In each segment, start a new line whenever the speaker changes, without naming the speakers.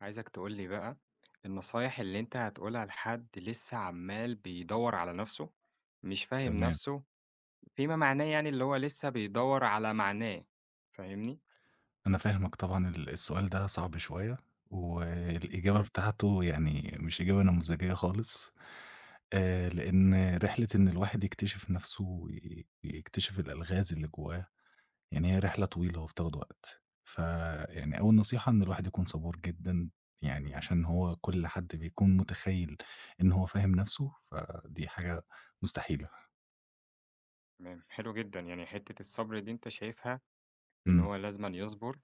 عايزك تقول لي بقى النصايح اللي أنت هتقولها لحد لسه عمّال بيدوّر على نَفْسه، مش فاهم
تمام.
نَفْسه، فيما معناه يعني اللي هو لسه بيدوّر على معناه، فاهمني؟
أنا فاهمك طبعًا. السؤال ده صعب شوية، والإجابة
إمم،
بتاعته يعني مش إجابة نموذجية خالص. لإن رحلة إن الواحد يكتشف نَفْسه ويكتشف الألغاز اللي جوّاه، يعني هي رحلة طويلة وبتاخد وقت. فيعني أول نصيحة إن الواحد يكون صبور جدًا، يعني عشان هو كل حد بيكون متخيّل إن هو فاهم نَفْسه، فدي حاجة مستحيلة.
تمام، حلو جدًا، يعني حتّة الصبر دي أنت شايفها إن
إمم،
هو لازمًا يصبر،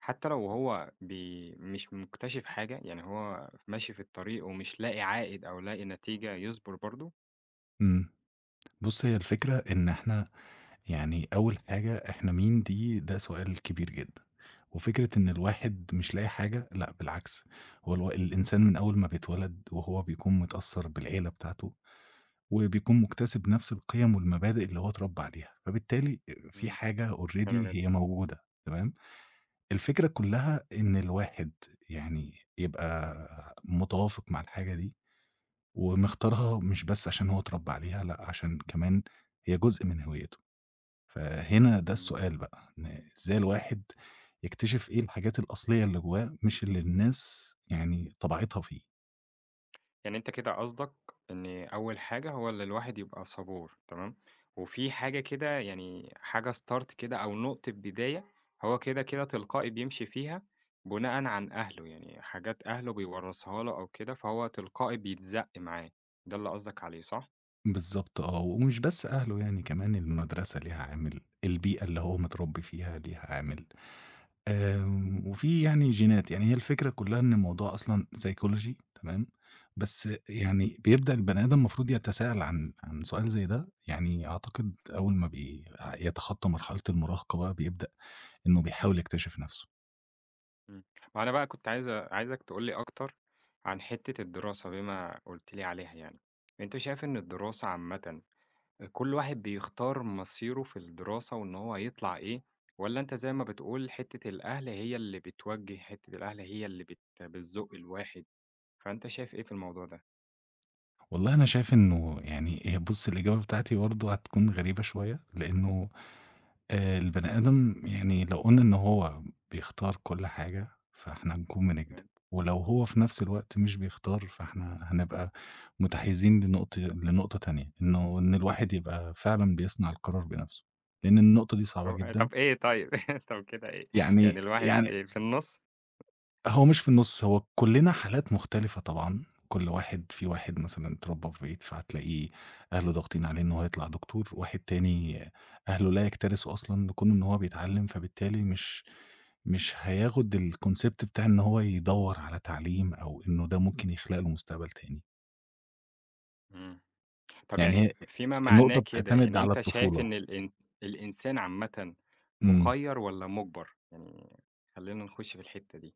حتّى لو هو مش مكتشف حاجة، يعني هو ماشي في الطريق ومش لاقي عائد أو لاقي نتيجة، يصبر برضه؟
إمم. بُص، هي الفكرة إن إحنا يعني أول حاجة إحنا مين، دي ده سؤال كبير جدًا، وفكرة إن الواحد مش لاقي حاجة لأ بالعكس، هو الإنسان من أول ما بيتولد وهو بيكون متأثّر بالعيلة بتاعته، وبيكون مُكتسب نفس القيم والمبادئ اللي هو اتربى عليها، فبالتالي في
إمم،
حاجة already
حلو جدًا،
هي موجودة تمام. الفكرة كلّها إن الواحد يعني يبقى متوافق مع الحاجة دي، ومختارها مش بس عشان هو اتربى عليها لأ، عشان كمان هي جزء من هويته. فهنا ده
إمم.
السؤال بقى، إن إزاي الواحد يكتشف إيه الحاجات الأصلية اللي جواه، مش اللي الناس يعني طبعتها فيه.
يعني أنت كده قصدك إن أول حاجة هو اللي الواحد يبقى صبور تمام، وفي حاجة كده يعني حاجة start كده أو نقطة بداية هو كده، كده تلقائي بيمشي فيها بناءً عن أهله، يعني حاجات أهله بيورّثها له أو كده، فهو تلقائي بيتزق معاه، ده اللي قصدك عليه صح؟
بالضبط آه، ومش بس أهله، يعني كمان المدرسة ليها عامل، البيئة اللي هو متربي فيها ليها عامل، وفي يعني جينات، يعني هي الفكرة كلها إن الموضوع أصلًا psychology تمام. بس يعني بيبدأ البني آدم المفروض يتساءل عن سؤال زي ده، يعني أعتقد أول ما يتخطى مرحلة المراهقة بقى بيبدأ إنه بيحاول يكتشف نفسه.
إمم، ما أنا بقى كنت عايز عايزك تقول لي أكتر عن حتة الدراسة بما قُلت لي عليها يعني، أنت شايف إن الدراسة عامةً كل واحد بيختار مصيره في الدراسة وإن هو هيطلع إيه، والّا أنت زي ما بتقول حتّة الأهل هي اللي بتوجّه، حتّة الأهل هي اللي بتزُق الواحد، فأنت شايف إيه في الموضوع ده؟
والله أنا شايف إنه يعني هي بُص الإجابة بتاعتي برضه هتكون غريبة شوية، لإنه البني آدم يعني لو قُلنا إن هو بيختار كل حاجة، فإحنا هنكون بنكدب،
تمام،
ولو هو في نفس الوقت مش بيختار، فإحنا هنبقى متحيزين لنقطة تانية، إنه إن الواحد يبقى فعلًا بيصنع القرار بنفسه، لإن النقطة دي صعبة
طب
جدًا.
طب إيه طيب؟ طب كده إيه، يعني
يعني
الواحد
يعني
في النُص؟
هو مش في النُص، هو كُلّنا حالات مختلفة طبعًا، كل واحد، في واحد مثلًا اتربّى في بيت فهتلاقيه أهله ضاغطين عليه إن هو يطلع دكتور، واحد تاني أهله لا يكترثوا أصلًا لكون إن هو بيتعلّم، فبالتالي مش هياخُد الconcept بتاع إن هو يدوّر على تعليم أو إنه ده ممكن يخلق له مستقبل تاني،
إمم، طب
يعني
يعني
هي
فيما معناه
النقطة
كده،
بتعتمد
يعني
على
أنت شايف
الطفولة.
إن الإنسان عامةً
إمم.
مُخيّر والّا مُجبر؟ يعني خلّينا نخُش في الحتّة دي،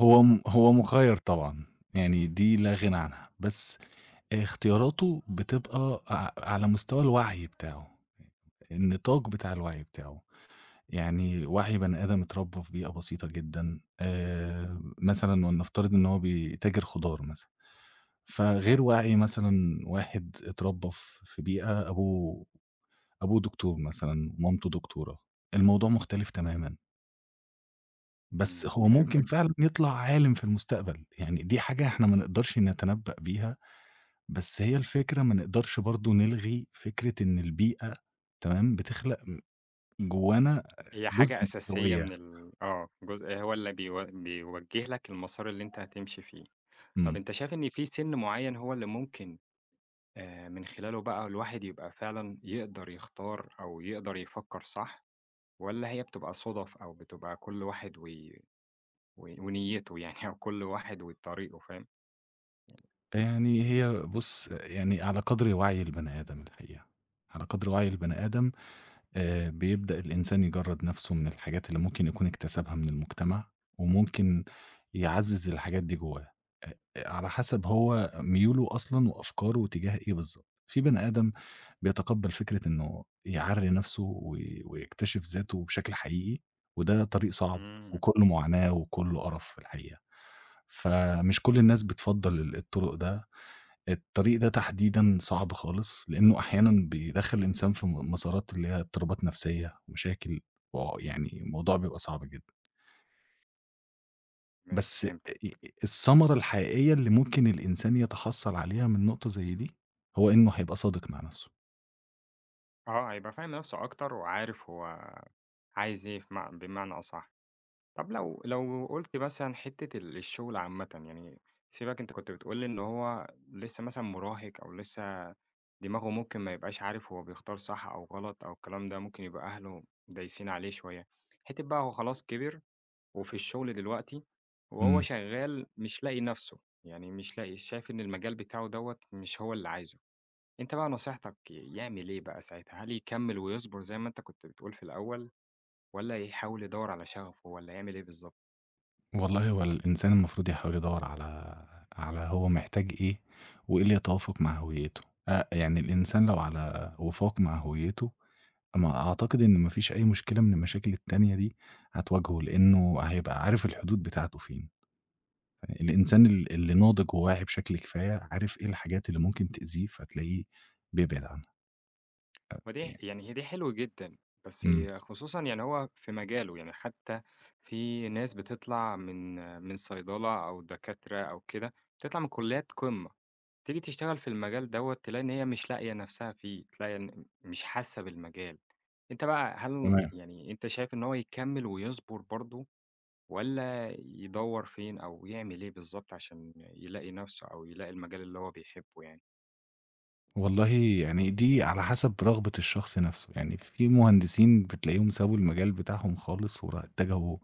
هو مُخيّر طبعًا، يعني دي لا غِنى عنها، بس اختياراته بتبقى على مستوى الوعي بتاعه، النطاق بتاع الوعي بتاعه، يعني وعي بني آدم اتربى في بيئة بسيطة جدًا، مثلًا ولنفترض إن هو بيتاجر خضار مثلًا،
تمام،
فغير وعي مثلًا واحد اتربى في بيئة أبوه دكتور مثلًا، مامته دكتورة، الموضوع مختلف تمامًا، بس
إمم،
هو ممكن
فهمتك.
فعلًا يطلع عالم في المستقبل، يعني دي حاجة إحنا ما نقدرش نتنبأ بيها. بس هي الفكرة ما نقدرش برضه نلغي فكرة إن البيئة تمام، بتخلق جوانا
هي
جزء
حاجة
من
أساسية
الهوية.
من ال آه، جزء هو اللي بيوجّه لك المسار اللي أنت هتمشي فيه. طب
إمم.
أنت شايف إن في سِن معيّن هو اللي ممكن من خلاله بقى الواحد يبقى فعلًا يقدر يختار أو يقدر يفكّر صح، والّا هي بتبقى صُدَف أو بتبقى كل واحد و و ونيّته يعني أو كل واحد وطريقه فاهم؟
يعني هي بُص يعني على قدر وعي البني آدم الحقيقة، على قدر وعي البني آدم بيبدأ الإنسان يجرّد نَفْسه من الحاجات اللي ممكن يكون اكتسبها من المجتمع، وممكن يعزّز الحاجات دي جوّاه، على حسب هو ميوله أصلًا وأفكاره تجاه إيه بالضبط. في بني آدم بيتقبّل فكرة إنه يعرّي نَفْسه ويكتشف ذاته بشكل حقيقي، وده طريق صعب
إمم،
وكُلّه معاناة وكُلّه قرف في الحقيقة، فمش كل الناس بتفضّل ال الطُرُق ده الطريق ده تحديدًا صعب خالص، لإنه أحيانًا بيدخّل الإنسان في مسارات اللي هي اضطرابات نفسية ومشاكل، يعني الموضوع بيبقى صعب جدًا.
تمام
بس أ
فهمتك.
أ الثمرة الحقيقية اللي ممكن الإنسان يتحصّل عليها من نقطة زي دي، هو إنه هيبقى صادق مع نفسه.
آه، هيبقى فاهم نَفْسه أكتر وعارف هو عايز إيه بمعنى أصح. طب لو قُلت مثلًا حتّة الشغل عامةً، يعني سيبك أنت كنت بتقول لي إن هو لسه مثلًا مراهق أو لسه دماغه ممكن ما يبقاش عارف هو بيختار صح أو غلط أو الكلام ده، ممكن يبقى أهله دايسين عليه شوية. حتّة بقى هو خلاص كبر وفي الشغل دلوقتي وهو
إمم.
شغّال مش لاقي نَفْسه، يعني مش لاقي شايف إن المجال بتاعه دوّة مش هو اللي عايزه، أنت بقى نصيحتك يعمل إيه بقى ساعتها؟ هل يكمّل ويصبر زي ما أنت كنت بتقول في الأول والّا يحاول يدوّر على شغفه والّا يعمل إيه بالضبط؟
والله هو الإنسان المفروض يحاول يدوّر على هو محتاج إيه، وإيه اللي يتوافق مع هويته. يعني الإنسان لو على وفاق مع هويته ما أعتقد إن ما فيش أي مشكلة من المشاكل التانية دي هتواجهه، لإنه هيبقى عارف الحدود بتاعته فين. الإنسان اللي ناضج وواعي بشكل كفاية، عارف إيه الحاجات اللي ممكن تأذيه، فتلاقيه بيبعد عنها.
ما دي
ي
يعني هي دي حلو جدًا، بس
إمم.
خصوصًا يعني هو في مجاله، يعني حتى في ناس بتطلع من صيدلة أو دكاترة أو كده، بتطلع من كليات قمة، تيجي تشتغل في المجال دوّة تلاقي إن هي مش لاقية نفسها فيه، تلاقي إن مش حاسة بالمجال. أنت بقى هل
تمام.
يعني أنت شايف إن هو يكمّل ويصبر برضه والّا يدوّر فين أو يعمل إيه بالضبط عشان يلاقي نفسه أو يلاقي المجال اللي هو بيحبه يعني؟
والله يعني دي على حسب رغبة الشخص نفسه، يعني في مهندسين بتلاقيهم سابوا المجال بتاعهم خالص اتجهوا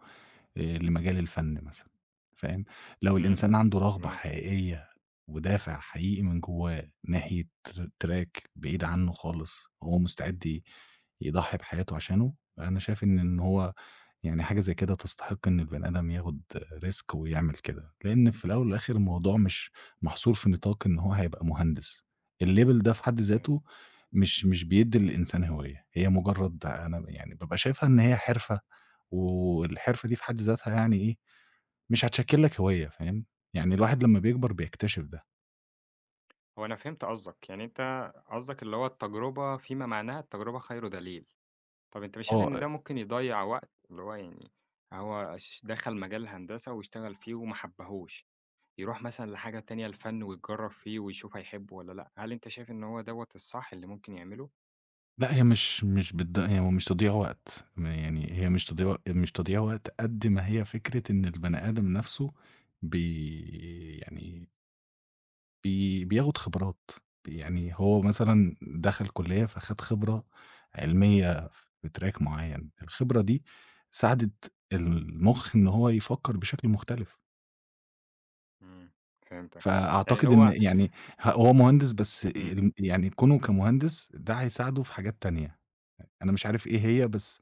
لمجال الفن مثلًا، فاهم؟ لو
إمم،
الإنسان عنده رغبة
تمام،
حقيقية ودافع حقيقي من جوّاه ناحية تراك بعيد عنه خالص، هو مستعد يضحي بحياته عشانه، أنا شايف إن هو يعني حاجة زي كده تستحق إن البني آدم ياخد risk ويعمل كده، لإن في الأول والآخر الموضوع مش محصور في نطاق إن هو هيبقى مهندس، الlabel ده في حد
تمام.
ذاته مش بيدّي للإنسان هوية، هي مجرد، أنا يعني بابقى شايفها إن هي حرفة، والحرفة دي في حد ذاتها يعني إيه، مش هتشكّل لك هوية، فاهم؟ يعني الواحد لمّا بيكبر بيكتشف ده.
هو أنا فهمت قصدك، يعني أنت قصدك اللي هو التجربة فيما معناها التجربة خير دليل، طب أنت مش شايف إن
آه.
ده ممكن يضيّع وقت؟ اللي هو يعني هو دخل مجال الهندسة واشتغل فيه وما حبّهوش، يروح مثلًا لحاجة تانية الفن ويتجرّب فيه ويشوف هيحبه والّا لأ، هل أنت شايف إن هو دوّة الصح اللي ممكن يعمله؟
لأ، هي مش مش بتض هي مش تضييع وقت، ما يعني هي مش تضييع وقت قد ما هي فكرة إن البني آدم نَفْسه يعني بياخُد خبرات، يعني هو مثلًا دخل كُلّية فخَد خبرة علمية في track معيّن، الخبرة دي ساعدت المُخ إن هو يفكّر بشكل مختلف،
إمم، فهمتك، يعني اللي
فأعتقد إن
هو
يعني هو مهندس بس
إمم،
يعني كونه كمهندس ده هيساعده في حاجات تانية، أنا مش عارف إيه هي، بس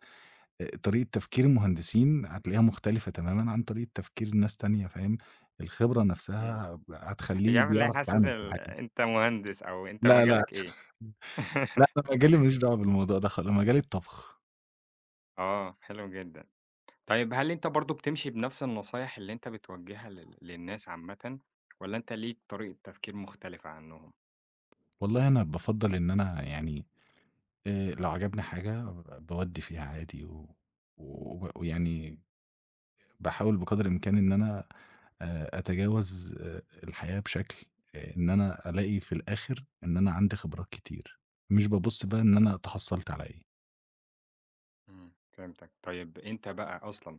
طريقة تفكير المهندسين هتلاقيها مختلفة تمامًا عن طريقة تفكير ناس تانية، فاهم؟ الخبرة
إمم،
نفسها
مش
هتخلّيه
عارف ليه
بيعرف
حاسس
يتعامل في الحياة.
أنت مهندس أو أنت
لا، لا،
مجالك إيه؟
لأ أنا مجالي ماليش دعوة بالموضوع ده مجالي الطبخ.
آه، حلو جدًا. طيب هل أنت برضه بتمشي بنفس النصايح اللي أنت بتوجّهها للناس عامةً، والّا أنت ليك طريقة تفكير مختلفة عنهم؟
والله أنا بافضّل إن أنا يعني لو عجبني حاجة باودّي فيها عادي و وب ويعني باحاول بقدر الإمكان إن أنا أتجاوز الحياة بشكل إن أنا ألاقي في الآخر إن أنا عندي خبرات كتير، مش بابُص بقى إن أنا تحصّلت على إيه.
إمم، فهمتك. طيب أنت بقى أصلًا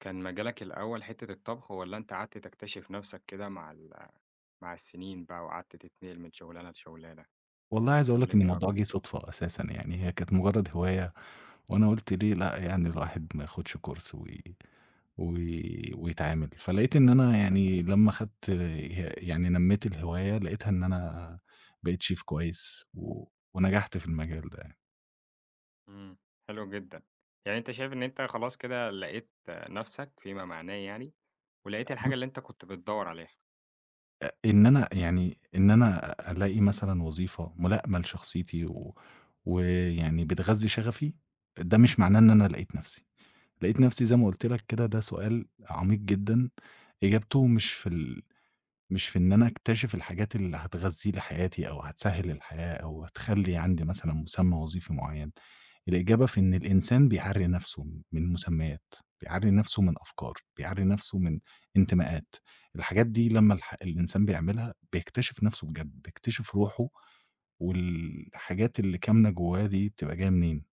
كان مجالك الأول حتّة الطبخ، والّا أنت قعدت تكتشف نفسك كده مع السنين بقى وقعدت تتنقل من شغلانة لشغلانة؟
والله
يعني
عايز أقول لك إن
كلّمني
الموضوع
أكتر.
جِه صُدفة أساسًا، يعني هي كانت مجرّد هواية وأنا قُلت ليه لأ، يعني الواحد ما ياخدش كورس و و ويتعامل، فلقيت إن أنا يعني لمّا خدت يعني نمّيت الهواية، لقيتها إن أنا بقيت شيف كويس ونجحت في المجال ده يعني.
إمم، حلو جدًا. يعني أنت شايف إن أنت خلاص كده لقيت نفسك فيما معناه يعني، ولقيت الحاجة اللي
بُص،
أنت كنت بتدوّر عليها.
إن أنا يعني إن أنا ألاقي مثلًا وظيفة ملائمة لشخصيتي ويعني بتغذّي شغفي، ده مش معناه إن أنا لقيت نَفْسي. لقيت نفسي زي ما قُلت لك كده، ده سؤال عميق جدًا، إجابته مش في مش في إن أنا أكتشف الحاجات اللي هتغذي لي حياتي أو هتسهّل الحياة أو هتخلّي عندي مثلًا مسمى وظيفي معيّن، الإجابة في إن الإنسان بيعرّي نفسه من مسميات، بيعرّي نفسه من أفكار، بيعرّي نفسه من انتماءات، الحاجات دي لمّا الإنسان بيعملها بيكتشف نفسه بجد، بيكتشف روحه والحاجات اللي كامنة جوّاه دي بتبقى جاية منين.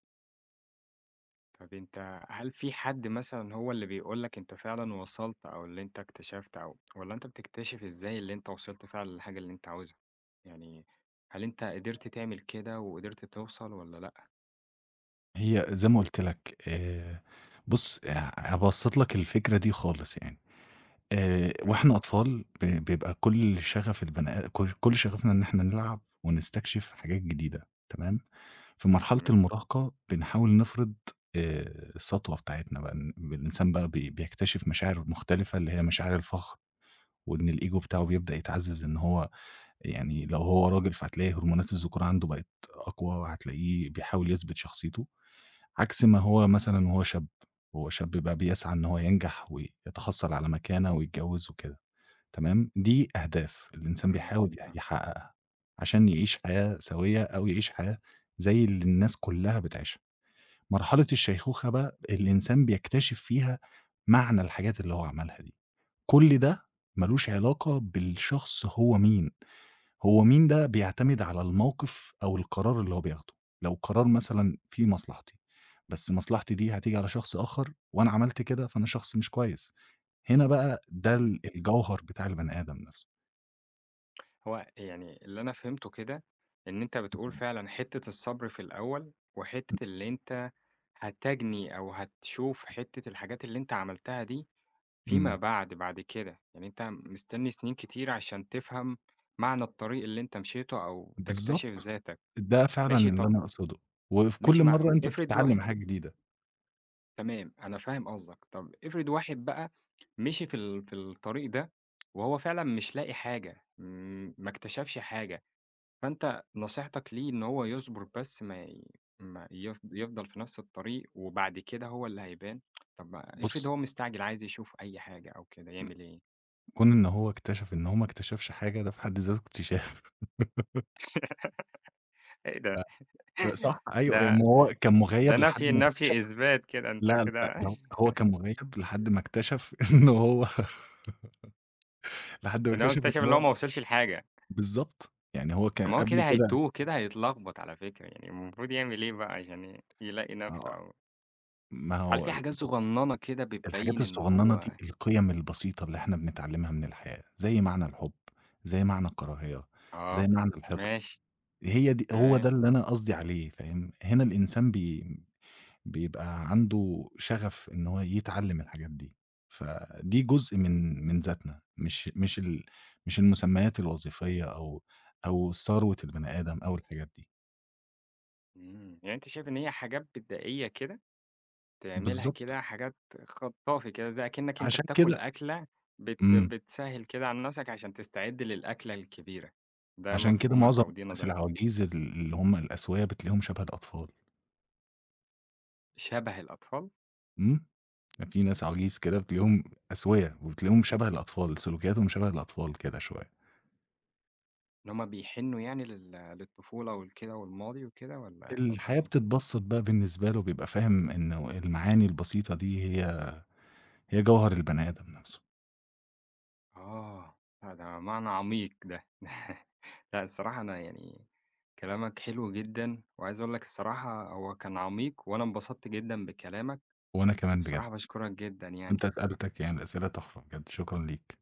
طب أنت هل في حد مثلًا هو اللي بيقول لك أنت فعلًا وصلت أو اللي أنت اكتشفت أو والّا أنت بتكتشف إزاي اللي أنت وصلت فعلًا للحاجة اللي أنت عاوزها؟ يعني هل أنت قدرت تعمل كده وقدرت توصل والّا لأ؟
هي زي ما قُلت لك، بُص هابسّط لك الفكرة دي خالص يعني،
تمام،
وإحنا أطفال بيبقى كل شغف البني آ كل كل شغفنا إن إحنا نلعب ونستكشف حاجات جديدة تمام، في مرحلة
تمام،
المراهقة بنحاول نفرض آآ السطوة بتاعتنا بقى، إن الإنسان بقى بيكتشف مشاعر مختلفة اللي هي مشاعر الفخر، وإن الego بتاعه بيبدأ يتعزّز، إن هو يعني لو هو راجل فهتلاقي هرمونات الذكورة عنده بقت أقوى، هتلاقيه بيحاول يثبت شخصيته. عكس ما هو مثلًا وهو شاب، وهو شاب بيبقى بيسعى إن هو ينجح ويتحصّل على مكانة ويتجوّز وكده، تمام، دي أهداف الإنسان
تمام،
بيحاول
فاهم،
يحقّقها عشان يعيش حياة سوية أو يعيش حياة زي اللي الناس كلّها بتعيشها. مرحلة الشيخوخة بقى الإنسان بيكتشف فيها معنى الحاجات اللي هو عملها دي. كل ده ما لوش علاقة بالشخص هو مين، هو مين ده بيعتمد على الموقف أو القرار اللي هو بياخده، لو قرار مثلًا فيه مصلحتي، بس مصلحتي دي هتيجي على شخص آخر وأنا عملت كده فأنا شخص مش كويس، هنا بقى ده
إمم.
الجوهر بتاع البني آدم نفسه.
هو يعني اللي أنا فهمته كده إن أنت بتقول
إمم،
فعلًا حتّة الصبر في الأول وحتّة اللي أنت هتجني أو هتشوف حتّة الحاجات اللي أنت عملتها دي فيما
إمم،
بعد، بعد كده، يعني أنت مستني سنين كتير عشان تفهم معنى الطريق اللي أنت مشيته أو تكتشف
بالضبط،
ذاتك،
ده فعلًا
ماشي
اللي
طب
أنا أقصده، وفي
ماشي
كل
مع
مرّة أنت
افرض
بتتعلم
واح
حاجة جديدة.
تمام، أنا فاهم قصدك، طب افرض واحد بقى مشي في في الطريق ده وهو فعلًا مش لاقي حاجة، ما اكتشفش حاجة، فأنت نصيحتك ليه إن هو يصبر بس ما ي ما يف يفضل في نفس الطريق وبعد كده هو اللي هيبان؟ طب ما افرض
بُص،
هو مستعجل عايز يشوف أي حاجة أو كده، يعمل إيه؟
كون إن هو اكتشف إن هو ما اكتشفش حاجة ده في حد ذاته اكتشاف.
إيه ده!
صح،
ده
أيوه، أيوه. ما هو كان
ده
مغيّب لحد
نفي
ما اكتشف.
نفي إثبات كده، أنت
لا، لأ،
كده
ده هو كان مغيّب لحد ما اكتشف إن هو لحد ما
إن هو
اكتشف
اكتشف
إن
إن هو
هو
ما وصلش لحاجة،
بالضبط، يعني هو
طب
كان
ما هو
قبل
كده
كده.
هيتوه كده هيتلخبط على فكرة، يعني المفروض يعمل إيه بقى عشان يلاقي نفسه
آه،
أو
ما
هل
هو
في حاجات صغننة كده بتبين
الحاجات
إن
الصغنّنة
هو
دي، القِيَم البسيطة اللي إحنا بنتعلّمها من الحياة، زي معنى الحُب، زي معنى الكراهية،
آه،
زي معنى الحِقد،
ماشي،
هي دي هو
تمام،
ده اللي أنا قصدي عليه، فاهم؟ هنا الإنسان بيبقى عنده شغف إن هو يتعلّم الحاجات دي، فدي جزء من ذاتنا، مش المسميات الوظيفية أو ثروة البني آدم أو الحاجات دي.
إمم، يعني أنت شايف إن هي حاجات بدائية كده تعملها
بالضبط،
كده حاجات خطافي كده، زي أكنك أنت
عشان
بتاكل
كده.
أكلة
إمم،
بتسهّل كده على نفسك عشان تستعد للأكلة الكبيرة، ده
عشان كده
مفهومك
معظم
أو دي
الناس
نظرتك،
العواجيز اللي هم الأسويا بتلاقيهم شبه الأطفال.
شبه الأطفال؟
إمم. في ناس عواجيز كده بتلاقيهم أسويا وبتلاقيهم شبه الأطفال، سلوكياتهم شبه الأطفال كده شوية.
اللي هُم بيحنّوا يعني للطفولة ولكده والماضي وكده والّا
الحياة
قصدك إيه؟
بتتبسّط بقى بالنسبة له، بيبقى فاهم إنه المعاني البسيطة دي هي جوهر البني آدم نفسه.
آه، لأ ده معنى عميق ده. لأ الصراحة أنا يعني كلامك حلو جدًا، وعايز أقول لك الصراحة هو كان عميق وأنا انبسطت جدًا بكلامك،
وأنا كمان بجد،
والصراحة باشكرك جدًا يعني.
وأنت أسئلتك يعني الأسئلة تحفة بجد، شكرًا ليك.